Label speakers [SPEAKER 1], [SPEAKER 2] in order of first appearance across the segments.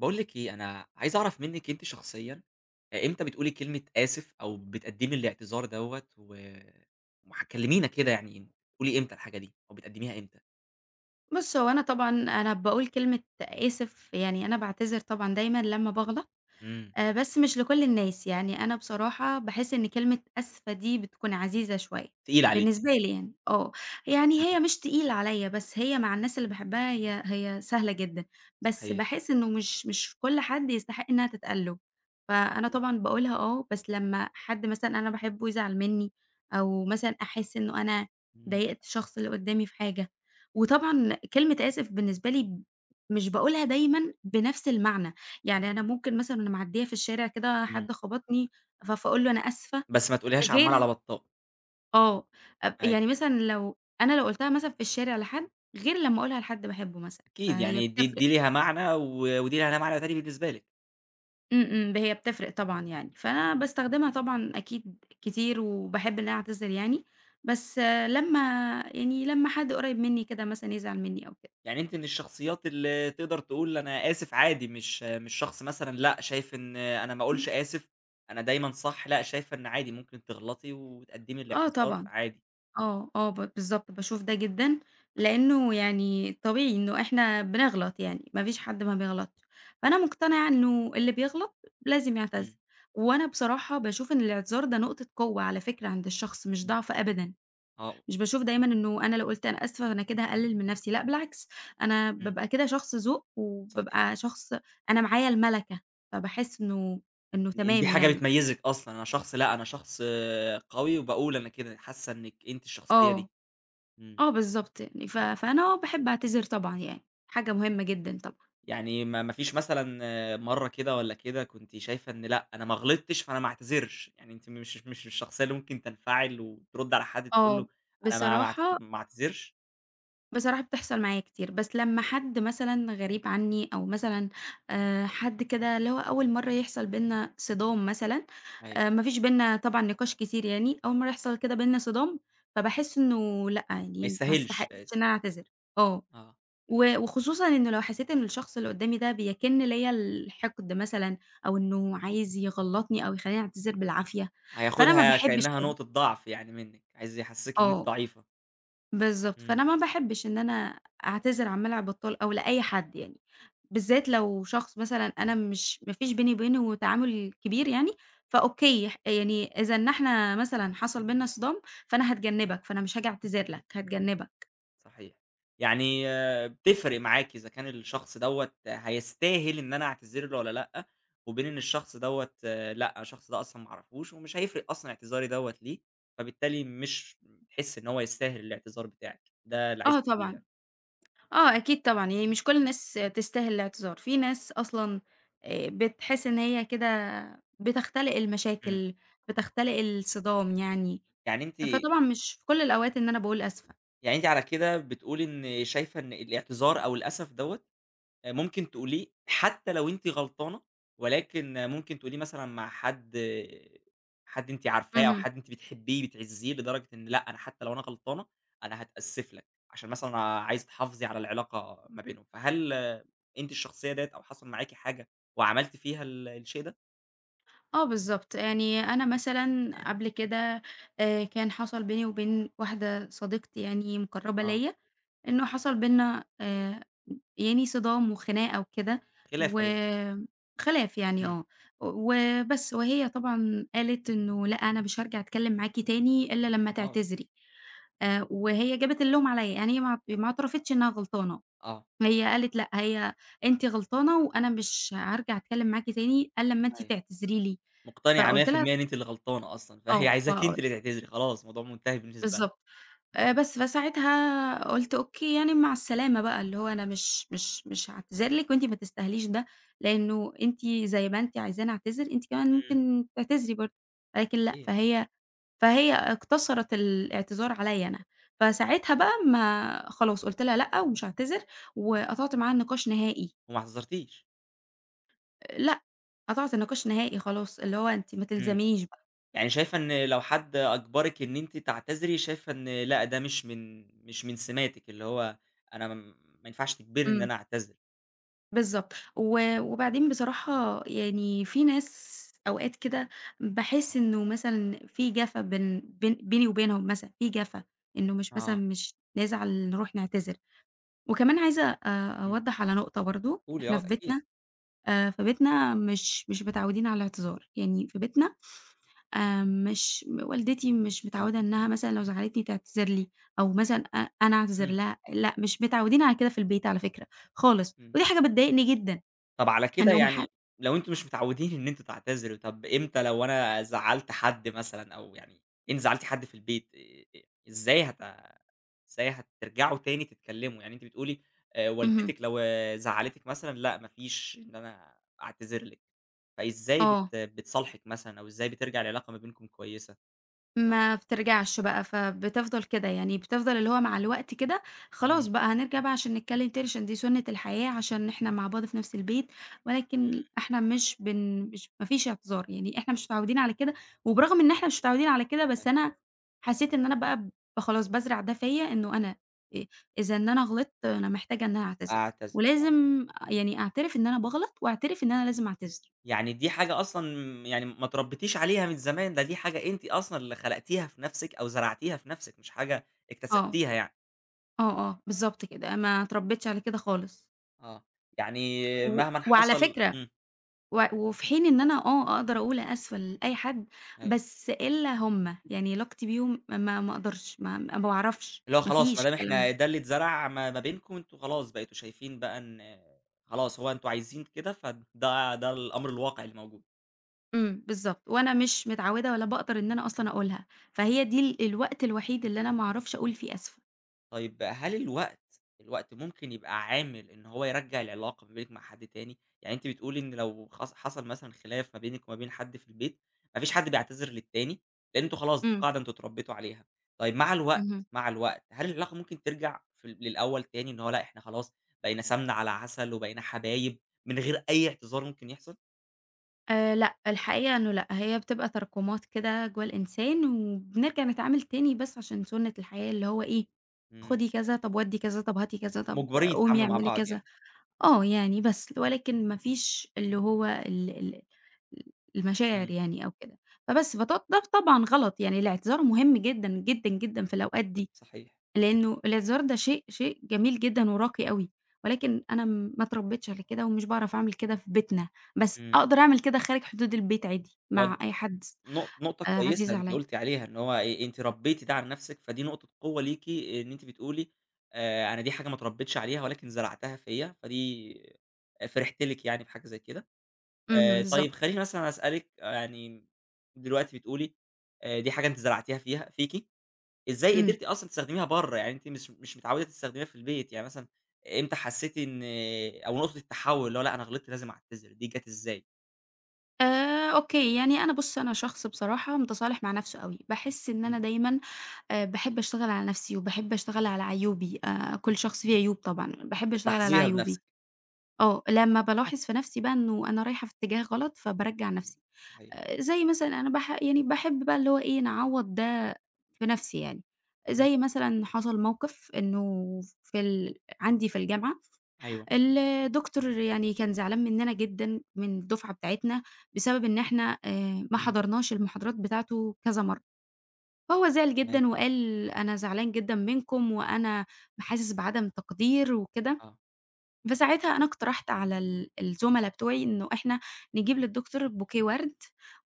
[SPEAKER 1] باقول لِك إيه، أنا عايز أعرف منِّك أنتِ شخصيًا، إمتى بتقولي كلمة آسف أو بتقدّمي الاعتذار دوّة و ومح كلمينا كده، يعني بتقولي إمتى الحاجة دي أو بتقدّميها إمتى؟
[SPEAKER 2] بُص، هو أنا طبعًا أنا باقول كلمة آسف، يعني أنا باعتذر طبعًا دايمًا لمّا باغلط،
[SPEAKER 1] إمم،
[SPEAKER 2] بس مش لكل الناس، يعني أنا بصراحة باحس إن كلمة آسفة دي بتكون عزيزة شوية،
[SPEAKER 1] تقيلة عليكِ.
[SPEAKER 2] بالنسبة لي يعني، آه، يعني
[SPEAKER 1] إمم،
[SPEAKER 2] هي مش تقيلة عليَّ، بس هي مع الناس اللي باحبها هي سهلة جدًا، بس
[SPEAKER 1] صحيح.
[SPEAKER 2] باحس إنه مش كل حد يستحق إنها تتقال له، فأنا
[SPEAKER 1] إمم،
[SPEAKER 2] طبعًا باقولها آه، بس لمّا حد مثلًا أنا باحبه يزعل مني، أو مثلًا أحس إنه أنا
[SPEAKER 1] إمم،
[SPEAKER 2] ضايقت الشخص اللي قدامي في حاجة، وطبعًا كلمة آسف بالنسبة لي مش باقولها دايمًا بنفس المعنى. يعني أنا ممكن مثلًا وأنا معديّة في الشارع كده
[SPEAKER 1] إمم.
[SPEAKER 2] حد خبطني، فاقول له أنا آسفة،
[SPEAKER 1] بس ما تقوليهاش عمّال
[SPEAKER 2] غير
[SPEAKER 1] على بطّال.
[SPEAKER 2] آه، يعني
[SPEAKER 1] أيوه.
[SPEAKER 2] مثلًا لو أنا لو قُلتها مثلًا في الشارع لحد، غير لمّا أقولها لحد باحبه مثلًا،
[SPEAKER 1] أكيد،
[SPEAKER 2] فهي
[SPEAKER 1] يعني دي
[SPEAKER 2] بتفرق،
[SPEAKER 1] دي ليها معنى، ودي لها معنى تاني بالنسبة لِك.
[SPEAKER 2] إمم، إمم، هي بتفرق طبعًا يعني، فأنا باستخدمها طبعًا أكيد كتير وباحب إن أنا أعتذر يعني، بس آه، لمّا يعني لمّا حد قريب مني كده مثلًا يزعل مني أو كده،
[SPEAKER 1] يعني أنتِ من الشخصيات اللي تقدر تقول أنا آسف عادي، مش شخص مثلًا لأ، شايف إن أنا ما
[SPEAKER 2] إمم،
[SPEAKER 1] أقولش آسف، أنا دايمًا صح، لأ، شايفة إن عادي ممكن تغلطي وتقدّمي
[SPEAKER 2] آه
[SPEAKER 1] الاعتذار
[SPEAKER 2] طبعًا.
[SPEAKER 1] عادي.
[SPEAKER 2] آه، آه، بالضبط، باشوف ده جدًا، لإنه يعني طبيعي إنه إحنا بنغلط يعني، ما فيش حد ما بيغلطش، فأنا مقتنعة إنه اللي بيغلط لازم يعتذر،
[SPEAKER 1] إمم،
[SPEAKER 2] وأنا بصراحة باشوف إن الاعتذار ده نقطة قوة على فكرة عند الشخص مش
[SPEAKER 1] إمم،
[SPEAKER 2] ضعف أبدًا،
[SPEAKER 1] آه،
[SPEAKER 2] مش باشوف دايمًا إنه أنا لو قُلت أنا آسفة فأنا كده هاقلل من نفسي، لأ بالعكس، أنا
[SPEAKER 1] إمم،
[SPEAKER 2] بابقى كده شخص ذوق،
[SPEAKER 1] صحيح.
[SPEAKER 2] وبابقى شخص، أنا معايا المَلَكة، فباحس إنه
[SPEAKER 1] إن دي
[SPEAKER 2] تمام
[SPEAKER 1] حاجة
[SPEAKER 2] يعني،
[SPEAKER 1] بتميّزِك أصلًا، أنا شخص لأ، أنا شخص قوي وباقول أنا كده، حاسة إنِّك أنتِ الشخصية
[SPEAKER 2] آه.
[SPEAKER 1] دي. إمم.
[SPEAKER 2] آه بالضبط يعني، فأنا آه باحب أعتذر طبعًا يعني، حاجة مهمة جدًا طبعًا.
[SPEAKER 1] يعني ما فيش مثلًا مرّة كده والّا كده كنتِ شايفة إن لأ، أنا ما غلطتش فأنا ما اعتذرش. يعني أنتِ مش الشخصية اللي ممكن تنفعل وترد على حد تقول له
[SPEAKER 2] آه،
[SPEAKER 1] أنا ما ما اعت
[SPEAKER 2] بصراحة
[SPEAKER 1] ما اعتذرش؟
[SPEAKER 2] بصراحة بتحصل معايا كتير، بس لمّا حد مثلًا غريب عني أو مثلًا حد كده اللي هو أول مرّة يحصل بيننا صِدام مثلًا،
[SPEAKER 1] أيوه،
[SPEAKER 2] ما فيش بيننا طبعًا نقاش كتير يعني، أول مرّة يحصل كده بيننا صِدام، فباحس إنه لأ،
[SPEAKER 1] ما
[SPEAKER 2] يعني ما
[SPEAKER 1] يستاهلش
[SPEAKER 2] أستحقش
[SPEAKER 1] آسف،
[SPEAKER 2] إن أنا أعتذر. آه.
[SPEAKER 1] آه،
[SPEAKER 2] وخصوصًا إنه لو حسيت إن الشخص اللي قدّامي ده بيكِن ليّا الحقد مثلًا أو إنه عايز يغلّطني أو يخلّيني أعتذر بالعافية، فأنا ما
[SPEAKER 1] هياخدها
[SPEAKER 2] باحبّش
[SPEAKER 1] كأنها
[SPEAKER 2] كده.
[SPEAKER 1] نقطة ضعف يعني منِّك، عايز يحسسِك إن أنتِ
[SPEAKER 2] آه،
[SPEAKER 1] ضعيفة.
[SPEAKER 2] بالضبط.
[SPEAKER 1] إمم.
[SPEAKER 2] فأنا ما باحبّش إن أنا أعتذر عن مَلعب الطَّلْق أو لأي حد يعني، بالذات لو شخص مثلًا أنا مش ما فيش بيني وبينه تعامل كبير يعني، فأوكي، يعني إذا إن إحنا مثلًا حصل بيننا صِدام، فأنا هاتجنّبك، فأنا مش هاجي أعتذر لك، هاتجنّبك.
[SPEAKER 1] صحيح. يعني بتفرق معاكِ إذا كان الشخص دوّة هيستاهل إن أنا أعتذر له والّا لأ، وبين إن الشخص دوّة لأ، الشخص ده أصلًا ما أعرفوش ومش هيفرق أصلًا اعتذاري دوّة ليه، فبالتالي مش بتحسّي إن هو يستاهل الاعتذار بتاعِك، ده اللي
[SPEAKER 2] آه
[SPEAKER 1] عايزِك تقوليه
[SPEAKER 2] طبعًا.
[SPEAKER 1] يعني.
[SPEAKER 2] آه، أكيد طبعًا، يعني مش كل الناس تستاهل الاعتذار، في ناس أصلًا بتحس إن هي كده بتختلق
[SPEAKER 1] إمم.
[SPEAKER 2] المشاكل، بتختلق الصدام يعني،
[SPEAKER 1] يعني أنتِ
[SPEAKER 2] فطبعًا مش في كل الأوقات إن أنا باقول آسفة.
[SPEAKER 1] يعني أنتِ على كده بتقولي إن شايفة إن الاعتذار أو الأسف دوّة ممكن تقوليه حتى لو أنتِ غلطانة، ولكن ممكن تقوليه مثلًا مع حد أنتِ عارفاه أو
[SPEAKER 2] اهم،
[SPEAKER 1] حد أنتِ بتحبيه، بتعزّيه لدرجة إن لأ، أنا حتى لو أنا غلطانة، أنا هاتأسف لك، عشان مثلًا عايزة تحافظي على العلاقة ما بينهم. فهل أنتِ الشخصية ديّة أو حصل معاكِ حاجة وعملتِ فيها الشيء ده؟
[SPEAKER 2] آه بالضبط، يعني أنا مثلًا قبل كده كان حصل بيني وبين واحدة صديقتي يعني مُقرّبة
[SPEAKER 1] آه،
[SPEAKER 2] ليّا، إنه حصل بيننا يعني صِدام وخناقة وكده،
[SPEAKER 1] خلاف ما بينكم،
[SPEAKER 2] وخلاف يعني
[SPEAKER 1] إمم،
[SPEAKER 2] آه، وبس. وهي طبعًا قالت إنه لأ أنا مش هارجع أتكلّم معاكِ تاني إلّا لمّا
[SPEAKER 1] آه،
[SPEAKER 2] تعتذري، وهي جابت اللوم عليّا، يعني هي ما اعترفتش إنها غلطانة،
[SPEAKER 1] آه،
[SPEAKER 2] هي قالت لأ هي أنتِ غلطانة وأنا مش هارجع أتكلّم معاكِ تاني إلّا أمّا أنتِ
[SPEAKER 1] أيوه.
[SPEAKER 2] تعتذري لي،
[SPEAKER 1] مقتنعة
[SPEAKER 2] فقُلت لها
[SPEAKER 1] 100% إن أنتِ اللي غلطانة أصلًا، فهي
[SPEAKER 2] آه،
[SPEAKER 1] عايزاكِ أنتِ اللي تعتذري، خلاص الموضوع منتهي بالنسبة لها.
[SPEAKER 2] بالضبط. بس فساعتها قُلت أوكي يعني مع السلامة بقى، اللي هو أنا مش هاعتذر لِك وأنتِ ما تستاهليش ده، لإنه أنتِ زي ما أنتِ عايزاني أعتذر، أنتِ كمان
[SPEAKER 1] إمم،
[SPEAKER 2] ممكن تعتذري برضه، ولكن لأ،
[SPEAKER 1] صحيح،
[SPEAKER 2] فهي اقتصرت الاعتذار عليّا أنا. فساعتها بقى ما خلاص قُلت لها لأ، ومش هاعتذر، وقطعت معاها النقاش نهائي.
[SPEAKER 1] وما اعتذرتيش،
[SPEAKER 2] لأ، قطعت النقاش نهائي خلاص، اللي هو أنتِ ما
[SPEAKER 1] إمم.
[SPEAKER 2] تلزمنيش بقى.
[SPEAKER 1] يعني شايفة إن لو حد أجبرِك إن أنتِ تعتذري، شايفة إن لأ، ده مش من سماتِك، اللي هو أنا ما ينفعش تجبرني إن
[SPEAKER 2] إمم.
[SPEAKER 1] أنا أعتذر.
[SPEAKER 2] بالضبط، وبعدين بصراحة يعني في ناس أوقات كده باحس إنه مثلًا في جَفا بين بيني وبينهم مثلًا، في جَفا، إنه مش مثلًا
[SPEAKER 1] آه،
[SPEAKER 2] مش نزعل نروح نعتذر، وكمان عايزة
[SPEAKER 1] إمم،
[SPEAKER 2] أوضّح على نقطة برضه،
[SPEAKER 1] قولي
[SPEAKER 2] إحنا
[SPEAKER 1] آه،
[SPEAKER 2] في
[SPEAKER 1] أكيد،
[SPEAKER 2] بيتنا في بيتنا مش متعودين على الاعتذار، يعني في بيتنا مش والدتي مش
[SPEAKER 1] آه،
[SPEAKER 2] متعودة إنها مثلًا لو زعّلتني تعتذر لي، أو مثلًا أنا أعتذر
[SPEAKER 1] إمم،
[SPEAKER 2] لها، لأ مش متعودين على كده في البيت على فكرة خالص،
[SPEAKER 1] إمم.
[SPEAKER 2] ودي حاجة بتضايقني جدًا.
[SPEAKER 1] طَب على
[SPEAKER 2] إن
[SPEAKER 1] كده
[SPEAKER 2] هو ما حد
[SPEAKER 1] يعني لو أنتم مش متعودين إن أنتم تعتذروا، طَب إمتى لو أنا زعّلت حد مثلًا أو يعني أنتِ زعّلتِ حد في البيت، إزاي هت إزاي هترجعوا تاني تتكلموا؟ يعني أنتِ بتقولي
[SPEAKER 2] اهم،
[SPEAKER 1] والدتِك لو زعّلتِك مثلًا لأ، ما فيش إن أنا أعتذر لِك. فإزاي
[SPEAKER 2] آه،
[SPEAKER 1] بتصالحِك مثلًا أو إزاي بترجع العلاقة ما بينكم كويسة؟
[SPEAKER 2] ما بترجعش بقى، فبتفضل كده، يعني بتفضل اللي هو مع الوقت كده خلاص
[SPEAKER 1] إمم،
[SPEAKER 2] بقى هنرجع بقى عشان نتكلم تاني، عشان دي سُنّة الحياة، عشان إحنا مع بعض في نفس البيت، ولكن إحنا مش ما فيش اعتذار، يعني إحنا مش متعودين على كده، وبرغم إن إحنا مش متعودين على كده، بس
[SPEAKER 1] إمم،
[SPEAKER 2] أنا حسيت إن أنا بقى ب خلاص بازرع ده فيّا، إنه أنا آآ إذا إن أنا غلطت أنا محتاجة إن أنا أعتذر،
[SPEAKER 1] أعتذر.
[SPEAKER 2] ولازم يعني أعترف إن أنا باغلط، وأعترف إن أنا لازم أعتذر،
[SPEAKER 1] يعني دي حاجة أصلًا، يعني ما اتربيتيش عليها من زمان، دي حاجة أنتِ أصلًا اللي خلقتيها في نَفْسِك أو زرعتيها في نَفْسِك، مش حاجة
[SPEAKER 2] آه.
[SPEAKER 1] اكتسبتيها يعني.
[SPEAKER 2] آه، آه، بالضبط كده، ما اتربيتش على كده خالص،
[SPEAKER 1] آه، يعني مهمًا
[SPEAKER 2] وعلى
[SPEAKER 1] حصل
[SPEAKER 2] فكرة،
[SPEAKER 1] إمم،
[SPEAKER 2] وفي حين إن أنا آه، أقدر أقول أسوأ لأي حد،
[SPEAKER 1] أيوه،
[SPEAKER 2] بس إلا هُم، يعني علاقتي بيهم ما أقدرش، ما باعرفش،
[SPEAKER 1] اللي هو
[SPEAKER 2] ما
[SPEAKER 1] خلاص ما
[SPEAKER 2] فيش
[SPEAKER 1] دام
[SPEAKER 2] الكلام
[SPEAKER 1] إحنا
[SPEAKER 2] ده،
[SPEAKER 1] ده اللي اتزرع ما بينكم، أنتم خلاص بقيتوا شايفين بقى إن خلاص هو أنتم عايزين كده، فده الأمر الواقع اللي موجود.
[SPEAKER 2] إمم، بالضبط، وأنا مش متعودة ولا باقدر إن أنا أصلًا أقولها، فهي دي الوقت الوحيد اللي أنا ما أعرفش أقول فيه آسفة،
[SPEAKER 1] طيب هل الوقت، الوقت ممكن يبقى عامل إن هو يرجّع العلاقة ما بينِك مع حد تاني؟ يعني أنتِ بتقولي إن لو حصل مثلًا خلاف ما بينِك وما بين حد في البيت، ما فيش حد بيعتذر للتاني، لإن أنتم خلاص دي
[SPEAKER 2] إمم،
[SPEAKER 1] قاعدة أنتم اتربيتوا عليها. طيب مع الوقت،
[SPEAKER 2] اهم.
[SPEAKER 1] مع الوقت، هل العلاقة ممكن ترجع في للأول تاني، إن هو لأ إحنا خلاص بقينا سمنة على عسل وبقينا حبايب من غير أي اعتذار ممكن يحصل؟
[SPEAKER 2] لأ، الحقيقة إنه لأ، هي بتبقى تراكمات كده جوّه الإنسان، وبنرجع نتعامل تاني بس عشان سُنّة الحياة اللي هو إيه،
[SPEAKER 1] إمم،
[SPEAKER 2] خدي كذا، طب ودّي كذا، طب هاتي كذا، طب
[SPEAKER 1] مُجبرين
[SPEAKER 2] قومي
[SPEAKER 1] تتعاملوا مع
[SPEAKER 2] اعملي
[SPEAKER 1] بعض
[SPEAKER 2] كذا،
[SPEAKER 1] يعني.
[SPEAKER 2] آه يعني بس، ولكن ما فيش اللي هو ال المشاعر
[SPEAKER 1] إمم،
[SPEAKER 2] يعني أو كده، فبس فط ده طبعًا غلط، يعني الاعتذار مهم جدًا، جدًا، جدًا في الأوقات دي.
[SPEAKER 1] صحيح.
[SPEAKER 2] لإنه الهزار ده شيء جميل جدًا وراقي أوي، ولكن أنا ما اتربيتش على كده ومش باعرف أعمل كده في بيتنا، بس
[SPEAKER 1] إمم،
[SPEAKER 2] أقدر أعمل كده خارج حدود البيت عادي
[SPEAKER 1] ما
[SPEAKER 2] مع
[SPEAKER 1] هو
[SPEAKER 2] أي حد
[SPEAKER 1] نقطة كويسة
[SPEAKER 2] عزيز
[SPEAKER 1] أنتِ
[SPEAKER 2] عليَّ.
[SPEAKER 1] قُلتِ عليها، إن هو أنتِ ربّيتِ ده على نَفْسِك، فدي نقطة قوة ليكِ إن أنتِ بتقولي أنا دي حاجة ما اتربيتش عليها ولكن زرعتها فيّا، فدي فرحت لِك يعني بحاجة زي كده.
[SPEAKER 2] اهم، بالضبط،
[SPEAKER 1] طيب خلّيني مثلًا أسألِك يعني، دلوقتي بتقولي دي حاجة أنتِ زرعتيها فيكِ، إزاي
[SPEAKER 2] إمم.
[SPEAKER 1] قدرتِ أصلًا تستخدميها برّه؟ يعني أنتِ مش متعوّدة تستخدميها في البيت، يعني مثلًا إمتى حسّيتِ إن أو نقطة التحوّل اللي هو لأ أنا غلطت لازم أعتذر، دي جات إزاي؟
[SPEAKER 2] أوكي، يعني أنا بُص أنا شخص بصراحة متصالح مع نفسه أوي، باحس إن
[SPEAKER 1] إمم،
[SPEAKER 2] أنا دايمًا باحب أشتغل على نفسي وباحب أشتغل على عيوبي، كل شخص فيه عيوب طبعًا، باحب أشتغل على
[SPEAKER 1] بتلاحظيها
[SPEAKER 2] عيوبي.
[SPEAKER 1] بنَفْسِك،
[SPEAKER 2] آه، لمّا بالاحظ في نفسي بقى إنه أنا رايحة في اتجاه غلط، فبارَجّع نفسي.
[SPEAKER 1] صحيح.
[SPEAKER 2] زي مثلًا أنا يعني باحب بقى اللي هو إيه، نعوّض ده في نَفْسي يعني.
[SPEAKER 1] إمم،
[SPEAKER 2] زي مثلًا حصل موقِف إنه في ال عندي في الجامعة،
[SPEAKER 1] أيوه،
[SPEAKER 2] الدكتور يعني كان زعلان منّنا جدًا من الدفعة بتاعتنا بسبب إن إحنا ما
[SPEAKER 1] إمم.
[SPEAKER 2] حضرناش المحاضرات بتاعته كذا مرّة. فهو زعل
[SPEAKER 1] تمام،
[SPEAKER 2] جدًا وقال: "أنا زعلان جدًا منكم وأنا حاسس بعدم تقدير وكده."
[SPEAKER 1] آه،
[SPEAKER 2] فساعتها أنا اقترحت على الزملا بتوعي إنه إحنا نجيب للدكتور بوكيه ورد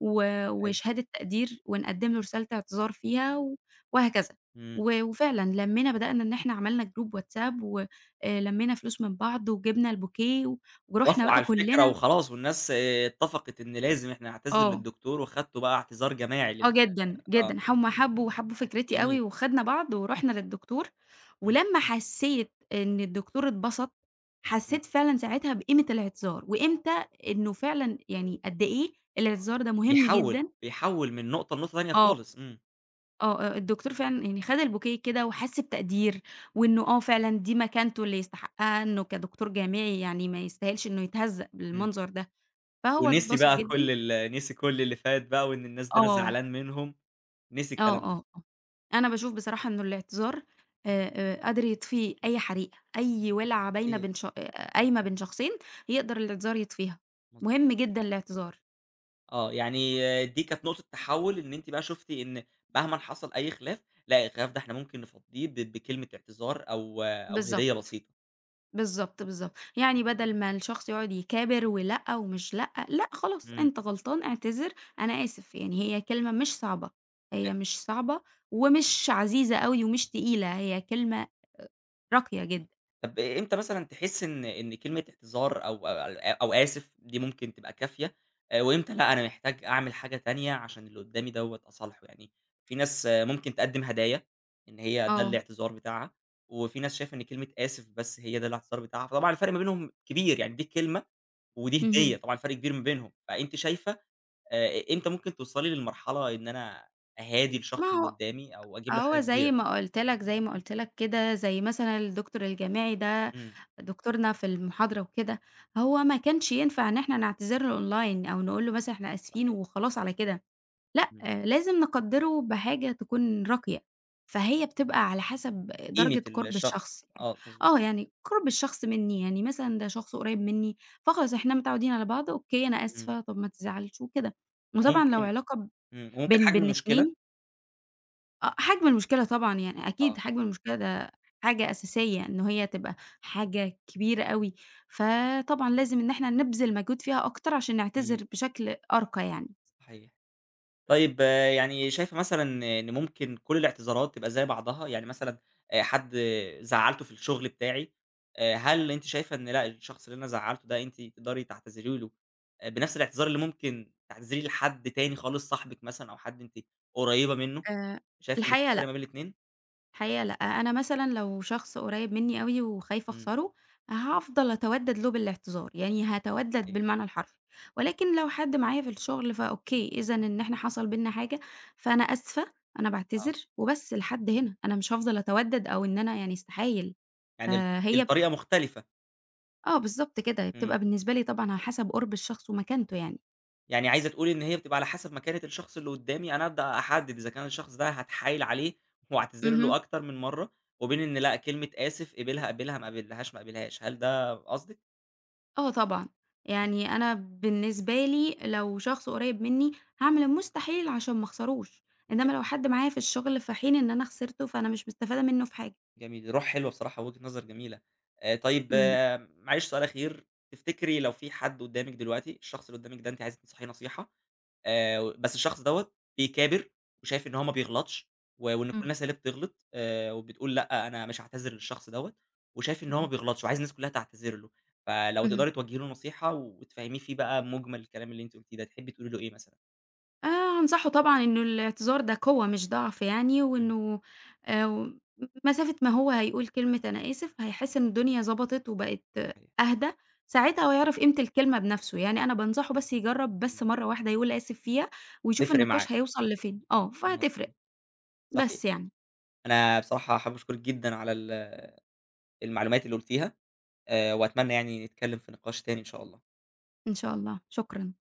[SPEAKER 2] و
[SPEAKER 1] أيوه،
[SPEAKER 2] وشهادة تقدير ونقدّم له رسالة اعتذار فيها وهكذا.
[SPEAKER 1] إمم،
[SPEAKER 2] وفعلًا لمّينا بدأنا إن إحنا عملنا جروب واتساب لمّينا فلوس من بعض وجِبنا البوكيه ورُحنا
[SPEAKER 1] وافقوا على
[SPEAKER 2] بقى
[SPEAKER 1] الفكرة
[SPEAKER 2] كُلّنا
[SPEAKER 1] وخلاص والناس اتفقت إن لازم إحنا نعتذر
[SPEAKER 2] آه.
[SPEAKER 1] للدكتور، وخدتوا بقى اعتذار جماعي
[SPEAKER 2] آه
[SPEAKER 1] لل
[SPEAKER 2] جدًا،
[SPEAKER 1] آه،
[SPEAKER 2] جدًا، هُم حبّوا وحبّوا فكرتي أوي
[SPEAKER 1] جميل،
[SPEAKER 2] وخدنا بعض ورُحنا للدكتور،
[SPEAKER 1] إمم،
[SPEAKER 2] ولمّا حسّيت إن الدكتور اتبسط،
[SPEAKER 1] إمم،
[SPEAKER 2] حسّيت فعلًا ساعتها بقيمة الاعتذار، وإمتى إنه فعلًا يعني قد إيه الاعتذار ده مهم
[SPEAKER 1] بيحوّل،
[SPEAKER 2] جدًا،
[SPEAKER 1] بيحوّل من نقطة لنقطة تانية
[SPEAKER 2] آه،
[SPEAKER 1] خالص، إمم،
[SPEAKER 2] آه، آه، الدكتور فعلًا يعني خَد البوكيه كده وحس بتقدير، وإنه آه فعلًا دي مكانته اللي يستحقها، إنه كدكتور جامعي يعني ما يستاهلش إنه يتهزّأ
[SPEAKER 1] إمم،
[SPEAKER 2] بالمنظر ده، فهو
[SPEAKER 1] ونسي
[SPEAKER 2] اتبسط
[SPEAKER 1] بقى
[SPEAKER 2] جدًا،
[SPEAKER 1] كل نسي كل اللي فات بقى، وإن الناس دي أنا
[SPEAKER 2] آه،
[SPEAKER 1] زعلان منهم، نسي
[SPEAKER 2] آه،
[SPEAKER 1] الكلام ده،
[SPEAKER 2] آه، آه. أنا باشوف بصراحة إنه الاعتذار قادر يطفي أي حريقة، أي ولعة باينة بين
[SPEAKER 1] صحيح،
[SPEAKER 2] ش آه، قايمة بين شخصين، يقدر الاعتذار يطفيها، مهم
[SPEAKER 1] مضبوط،
[SPEAKER 2] جدًا الاعتذار.
[SPEAKER 1] آه، يعني دي كانت نقطة تحوّل إن أنتِ بقى شُفتِ إن مهمًا حصل أي خلاف، لأ الخلاف ده إحنا ممكن نفضّيه بكلمة اعتذار أو هدية
[SPEAKER 2] بالضبط،
[SPEAKER 1] بسيطة،
[SPEAKER 2] بالضبط، بالضبط. يعني بدل ما الشخص يقعد يكابر ولأ ومش لأ، لأ خلاص
[SPEAKER 1] إمم.
[SPEAKER 2] أنت غلطان اعتذر أنا آسف، يعني هي كلمة مش صعبة، هي مش صعبة ومش عزيزة أوي ومش تقيلة، هي كلمة راقية
[SPEAKER 1] إمم.
[SPEAKER 2] جدًا.
[SPEAKER 1] طب إمتى مثلًا تحس إن كلمة اعتذار أو آسف دي ممكن تبقى كافية، وإمتى لأ أنا محتاج أعمل حاجة تانية عشان اللي قدّامي دوّة أصالحه؟ يعني في ناس ممكن تقدّم هدايا، إن هي ده
[SPEAKER 2] آه،
[SPEAKER 1] الاعتذار بتاعها، وفي ناس شايفة إن كلمة آسف بس هي ده الاعتذار بتاعها، فطبعًا الفرق ما بينهم كبير، يعني دي كلمة ودي
[SPEAKER 2] اهم.
[SPEAKER 1] هدية، طبعًا فرق كبير ما بينهم، فأنتِ شايفة إمتى ممكن توصلي للمرحلة إن أنا أهادي
[SPEAKER 2] ما
[SPEAKER 1] الشخص اللي
[SPEAKER 2] هو
[SPEAKER 1] قدّامي أو أجيب له حاجة
[SPEAKER 2] هو زي
[SPEAKER 1] كبيرة؟
[SPEAKER 2] ما قُلت لك زي ما قُلت لك كده، زي مثلًا الدكتور الجامعي ده
[SPEAKER 1] إمم،
[SPEAKER 2] دكتورنا في المحاضرة وكده، هو ما كانش ينفع إن إحنا نعتذر له أونلاين أو نقول له مثلًا إحنا آسفين
[SPEAKER 1] صحيح،
[SPEAKER 2] وخلاص على كده، لأ،
[SPEAKER 1] إمم.
[SPEAKER 2] آه، لازم نقدّره بحاجة تكون راقية، فهي بتبقى على حسب
[SPEAKER 1] قيمة
[SPEAKER 2] درجة قُرب
[SPEAKER 1] الشخص،
[SPEAKER 2] الشخص يعني،
[SPEAKER 1] آه مضبوط،
[SPEAKER 2] آه، يعني قُرب الشخص منّي، يعني مثلًا ده شخص قريب منّي فخلاص إحنا متعودين على بعض، أوكي أنا
[SPEAKER 1] إمم،
[SPEAKER 2] آسفة، طَب ما تزعلش وكده، وطبعًا لو
[SPEAKER 1] وممكن
[SPEAKER 2] علاقة
[SPEAKER 1] وممكن
[SPEAKER 2] بين
[SPEAKER 1] حجم
[SPEAKER 2] بين
[SPEAKER 1] المشكلة
[SPEAKER 2] 2 آه، حجم المشكلة طبعًا، يعني أكيد
[SPEAKER 1] آه،
[SPEAKER 2] حجم المشكلة ده حاجة أساسية إن هي تبقى حاجة كبيرة أوي، فطبعًا لازم إن إحنا نبذل مجهود فيها أكتر عشان
[SPEAKER 1] إمم،
[SPEAKER 2] نعتذر بشكل أرقى يعني.
[SPEAKER 1] صحيح. طيب، يعني شايفة مثلًا إن ممكن كل الاعتذارات تبقى زي بعضها؟ يعني مثلًا حد زعّلته في الشغل بتاعي، هل أنتِ شايفة إن لأ الشخص اللي أنا زعّلته ده أنتِ تقدري تعتذري له بنفس الاعتذار اللي ممكن تعتذري لحد تاني خالص، صاحبِك مثلًا أو حد أنتِ قريبة منه،
[SPEAKER 2] آآ
[SPEAKER 1] شايفة إن في
[SPEAKER 2] الحقيقة
[SPEAKER 1] فرق
[SPEAKER 2] لأ،
[SPEAKER 1] ما بين الاتنين؟
[SPEAKER 2] الحقيقة لأ، أنا مثلًا لو شخص قريب منّي أوي وخايفة
[SPEAKER 1] إمم،
[SPEAKER 2] أخسره، هافضل أتودد له بالاعتذار، يعني هاتودد
[SPEAKER 1] صحيح،
[SPEAKER 2] بالمعنى الحرفي، ولكن لو حد معايا في الشغل فأوكي، إذًا إن إحنا حصل بيننا حاجة، فأنا آسفة، أنا باعتذر
[SPEAKER 1] آه،
[SPEAKER 2] وبس لحد هنا، أنا مش هافضل أتودد أو إن أنا يعني استحايل،
[SPEAKER 1] يعني
[SPEAKER 2] فهي
[SPEAKER 1] الطريقة مختلفة،
[SPEAKER 2] آه بالضبط كده،
[SPEAKER 1] إمم.
[SPEAKER 2] بتبقى بالنسبة لي طبعًا على حسب قُرب الشخص ومكانته يعني.
[SPEAKER 1] يعني عايزة تقولي إن هي بتبقى على حسب مكانة الشخص اللي قدّامي، أنا أبدأ أحدد إذا كان الشخص ده هاتحايل عليه وأعتذر له
[SPEAKER 2] اهم.
[SPEAKER 1] أكتر من مرّة، وبين إن لأ، كلمة آسف قبلها قبلها، ما قبلهاش ما قبلهاش. هل ده قصدِك؟
[SPEAKER 2] آه طبعًا، يعني أنا بالنسبة لي لو شخص قريب مني هاعمل المستحيل عشان ما اخسروش، إنما لو
[SPEAKER 1] جميل،
[SPEAKER 2] حد معايا في الشغل في حين إن أنا خسرته فأنا مش مستفادة منه في حاجة.
[SPEAKER 1] جميل، روح حلوة بصراحة، وجهة نظر جميلة. طيب
[SPEAKER 2] اهم،
[SPEAKER 1] معلش سؤال أخير، تفتكري لو في حد قدّامِك دلوقتي، الشخص اللي قدّامِك ده أنتِ عايزة تنصحيه نصيحة، بس الشخص دوّة بيكابر وشايف إن هو ما بيغلطش وإن كل
[SPEAKER 2] إمم.
[SPEAKER 1] الناس هي اللي بتغلط، وبتقول لأ، أنا مش هاعتذر للشخص دوّة، وشايف إن هو ما
[SPEAKER 2] اهم،
[SPEAKER 1] بيغلطش وعايز الناس كلّها تعتذر له، فلو
[SPEAKER 2] اهم.
[SPEAKER 1] تقدري توجّهي له نصيحة وتفهّميه فيه بقى مُجمل الكلام اللي أنتِ قُلتيه ده، تحبّي تقولي له إيه مثلًا؟
[SPEAKER 2] هانصحه طبعًا إنه الاعتذار ده قوة مش ضعف يعني،
[SPEAKER 1] إمم،
[SPEAKER 2] وإنه آآ مسافة ما هو هيقول كلمة أنا آسف هيحس إن الدنيا ضبطت وبقت
[SPEAKER 1] صحيح،
[SPEAKER 2] أهدى، ساعتها هو هيعرف قيمة الكلمة بنفسه، يعني أنا بانصحه بس يجرب بس
[SPEAKER 1] إمم،
[SPEAKER 2] مرة واحدة يقول آسف فيها ويشوف
[SPEAKER 1] هتفرق معاه،
[SPEAKER 2] النقاش هيوصل لفين، آه،
[SPEAKER 1] مضبوط،
[SPEAKER 2] فهتفرق. بس
[SPEAKER 1] صحيح.
[SPEAKER 2] يعني،
[SPEAKER 1] أنا بصراحة حابب أشكرِك جدًا على المعلومات اللي قُلتيها، وأتمنى يعني نتكلّم في نقاش تاني إن شاء الله.
[SPEAKER 2] إن شاء الله، شكرًا.